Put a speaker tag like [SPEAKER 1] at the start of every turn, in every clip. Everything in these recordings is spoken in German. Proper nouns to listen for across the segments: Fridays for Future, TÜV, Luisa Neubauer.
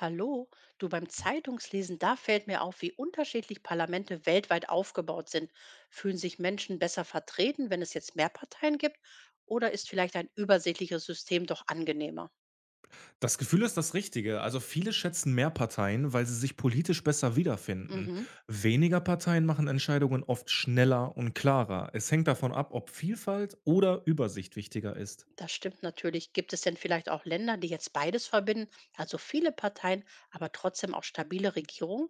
[SPEAKER 1] Hallo, du beim Zeitungslesen, da fällt mir auf, wie unterschiedlich Parlamente weltweit aufgebaut sind. Fühlen sich Menschen besser vertreten, wenn es jetzt mehr Parteien gibt? Oder ist vielleicht ein übersichtliches System doch angenehmer?
[SPEAKER 2] Das Gefühl ist das Richtige. Also viele schätzen mehr Parteien, weil sie sich politisch besser wiederfinden.
[SPEAKER 1] Mhm,
[SPEAKER 2] Weniger Parteien machen Entscheidungen oft schneller und klarer. Es hängt davon ab, ob Vielfalt oder Übersicht wichtiger ist.
[SPEAKER 1] das stimmt natürlich. Gibt es denn vielleicht auch Länder, die jetzt beides verbinden? Also viele Parteien, aber trotzdem auch stabile Regierungen?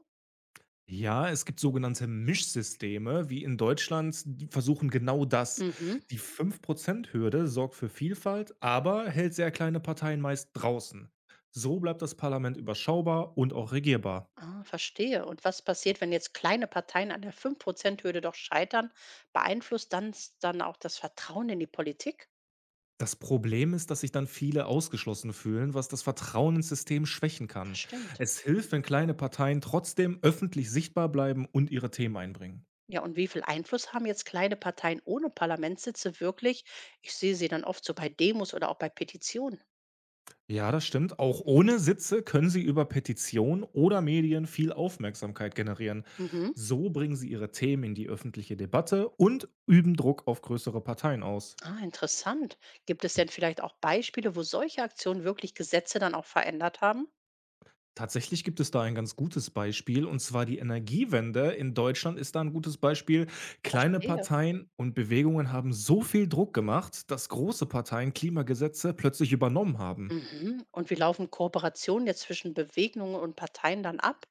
[SPEAKER 2] Ja, es gibt sogenannte Mischsysteme, wie in Deutschland, die versuchen genau das.
[SPEAKER 1] Mhm,
[SPEAKER 2] Die 5%-Hürde sorgt für Vielfalt, aber hält sehr kleine Parteien meist draußen. So bleibt das Parlament überschaubar und auch regierbar.
[SPEAKER 1] ah, verstehe. Und was passiert, wenn jetzt kleine Parteien an der 5%-Hürde doch scheitern? Beeinflusst dann auch das Vertrauen in die Politik?
[SPEAKER 2] Das Problem ist, dass sich dann viele ausgeschlossen fühlen, was das Vertrauen ins System schwächen
[SPEAKER 1] Das
[SPEAKER 2] kann.
[SPEAKER 1] stimmt.
[SPEAKER 2] Es hilft, wenn kleine Parteien trotzdem öffentlich sichtbar bleiben und ihre Themen einbringen.
[SPEAKER 1] Ja, und wie viel Einfluss haben jetzt kleine Parteien ohne Parlamentssitze wirklich? Ich sehe sie dann oft so bei Demos oder auch bei Petitionen.
[SPEAKER 2] Ja, das stimmt. Auch ohne Sitze können sie über Petitionen oder Medien viel Aufmerksamkeit generieren.
[SPEAKER 1] Mhm.
[SPEAKER 2] So bringen sie ihre Themen in die öffentliche Debatte und üben Druck auf größere Parteien aus.
[SPEAKER 1] Ah, interessant. Gibt es denn vielleicht auch Beispiele, wo solche Aktionen wirklich Gesetze dann auch verändert haben?
[SPEAKER 2] Tatsächlich gibt es da ein ganz gutes Beispiel, und zwar die Energiewende in Deutschland ist da ein gutes Beispiel. Kleine
[SPEAKER 1] Verstehe.
[SPEAKER 2] Parteien und Bewegungen haben so viel Druck gemacht, dass große Parteien Klimagesetze plötzlich übernommen haben.
[SPEAKER 1] Mhm. Und wie laufen Kooperationen jetzt zwischen Bewegungen und Parteien dann ab?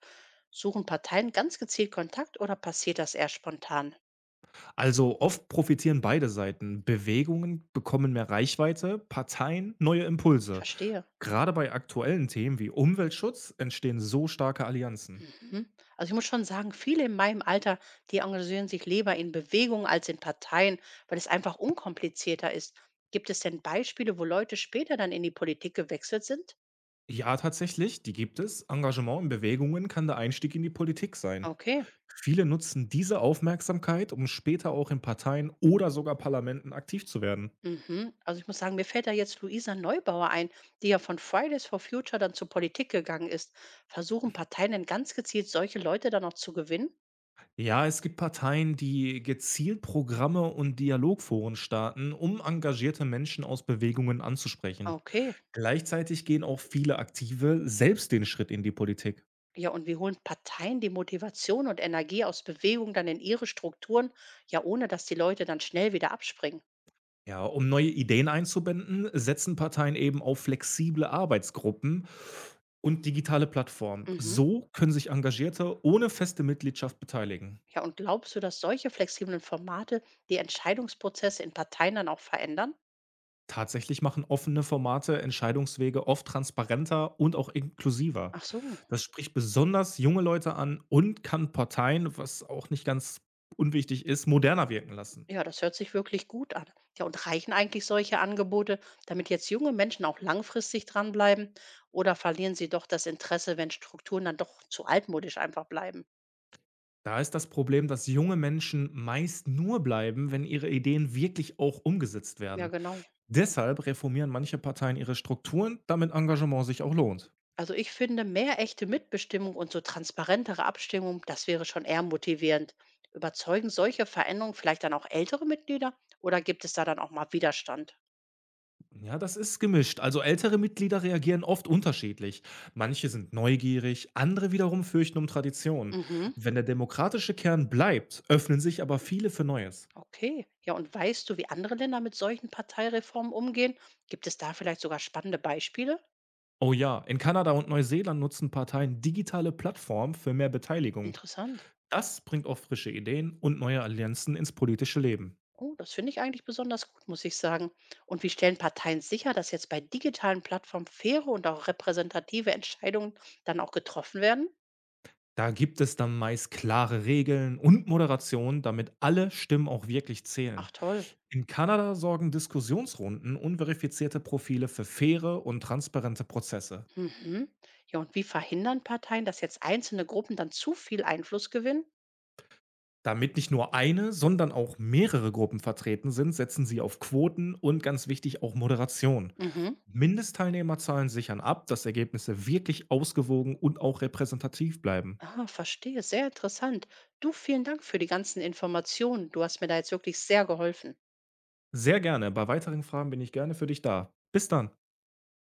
[SPEAKER 1] Suchen Parteien ganz gezielt Kontakt oder passiert das eher spontan?
[SPEAKER 2] Also oft profitieren beide Seiten. Bewegungen bekommen mehr Reichweite, Parteien neue Impulse.
[SPEAKER 1] Verstehe.
[SPEAKER 2] Gerade bei aktuellen Themen wie Umweltschutz entstehen so starke Allianzen.
[SPEAKER 1] Mhm. Also ich muss schon sagen, viele in meinem Alter, die engagieren sich lieber in Bewegungen als in Parteien, weil es einfach unkomplizierter ist. Gibt es denn Beispiele, wo Leute später dann in die Politik gewechselt sind?
[SPEAKER 2] Ja, tatsächlich, die gibt es. Engagement in Bewegungen kann der Einstieg in die Politik sein.
[SPEAKER 1] Okay.
[SPEAKER 2] Viele nutzen diese Aufmerksamkeit, um später auch in Parteien oder sogar Parlamenten aktiv zu werden.
[SPEAKER 1] Mhm. Also ich muss sagen, mir fällt da jetzt Luisa Neubauer ein, die ja von Fridays for Future dann zur Politik gegangen ist. Versuchen Parteien denn ganz gezielt solche Leute dann noch zu gewinnen?
[SPEAKER 2] Ja, es gibt Parteien, die gezielt Programme und Dialogforen starten, um engagierte Menschen aus Bewegungen anzusprechen.
[SPEAKER 1] Okay.
[SPEAKER 2] Gleichzeitig gehen auch viele Aktive selbst den Schritt in die Politik.
[SPEAKER 1] Ja, und wie holen Parteien die Motivation und Energie aus Bewegung dann in ihre Strukturen, ja, ohne dass die Leute dann schnell wieder abspringen?
[SPEAKER 2] Ja, um neue Ideen einzubinden, setzen Parteien eben auf flexible Arbeitsgruppen und digitale Plattformen.
[SPEAKER 1] Mhm.
[SPEAKER 2] So können sich Engagierte ohne feste Mitgliedschaft beteiligen.
[SPEAKER 1] Ja, und glaubst du, dass solche flexiblen Formate die Entscheidungsprozesse in Parteien dann auch verändern?
[SPEAKER 2] Tatsächlich machen offene Formate Entscheidungswege oft transparenter und auch inklusiver.
[SPEAKER 1] Ach so,
[SPEAKER 2] Das spricht besonders junge Leute an und kann Parteien, was auch nicht ganz unwichtig ist, moderner wirken lassen.
[SPEAKER 1] ja, das hört sich wirklich gut an. Ja, und reichen eigentlich solche Angebote, damit jetzt junge Menschen auch langfristig dranbleiben? Oder verlieren sie doch das Interesse, wenn Strukturen dann doch zu altmodisch einfach bleiben?
[SPEAKER 2] Da ist das Problem, dass junge Menschen meist nur bleiben, wenn ihre Ideen wirklich auch umgesetzt
[SPEAKER 1] Ja,
[SPEAKER 2] werden.
[SPEAKER 1] genau.
[SPEAKER 2] Deshalb reformieren manche Parteien ihre Strukturen, damit Engagement sich auch lohnt.
[SPEAKER 1] Also ich finde, mehr echte Mitbestimmung und so transparentere Abstimmung, das wäre schon eher motivierend. Überzeugen solche Veränderungen vielleicht dann auch ältere Mitglieder oder gibt es da dann auch mal Widerstand?
[SPEAKER 2] Ja, das ist gemischt. Also ältere Mitglieder reagieren oft unterschiedlich. Manche sind neugierig, andere wiederum fürchten um Tradition.
[SPEAKER 1] Mhm.
[SPEAKER 2] Wenn der demokratische Kern bleibt, öffnen sich aber viele für Neues.
[SPEAKER 1] Okay. Ja, und weißt du, wie andere Länder mit solchen Parteireformen umgehen? Gibt es da vielleicht sogar spannende Beispiele?
[SPEAKER 2] Oh ja, in Kanada und Neuseeland nutzen Parteien digitale Plattformen für mehr Beteiligung.
[SPEAKER 1] Interessant.
[SPEAKER 2] Das bringt auch frische Ideen und neue Allianzen ins politische Leben.
[SPEAKER 1] Oh, das finde ich eigentlich besonders gut, muss ich sagen. Und wie stellen Parteien sicher, dass jetzt bei digitalen Plattformen faire und auch repräsentative Entscheidungen dann auch getroffen werden?
[SPEAKER 2] Da gibt es dann meist klare Regeln und Moderation, damit alle Stimmen auch wirklich zählen.
[SPEAKER 1] Ach toll.
[SPEAKER 2] In Kanada sorgen Diskussionsrunden unverifizierte Profile für faire und transparente Prozesse.
[SPEAKER 1] Mhm. Ja, und wie verhindern Parteien, dass jetzt einzelne Gruppen dann zu viel Einfluss gewinnen?
[SPEAKER 2] Damit nicht nur eine, sondern auch mehrere Gruppen vertreten sind, setzen sie auf Quoten und ganz wichtig auch Moderation.
[SPEAKER 1] Mhm.
[SPEAKER 2] Mindestteilnehmerzahlen sichern ab, dass Ergebnisse wirklich ausgewogen und auch repräsentativ bleiben.
[SPEAKER 1] Ah, verstehe. Sehr interessant. Du, vielen Dank für die ganzen Informationen. Du hast mir da jetzt wirklich sehr geholfen.
[SPEAKER 2] Sehr gerne. Bei weiteren Fragen bin ich gerne für dich da. Bis dann.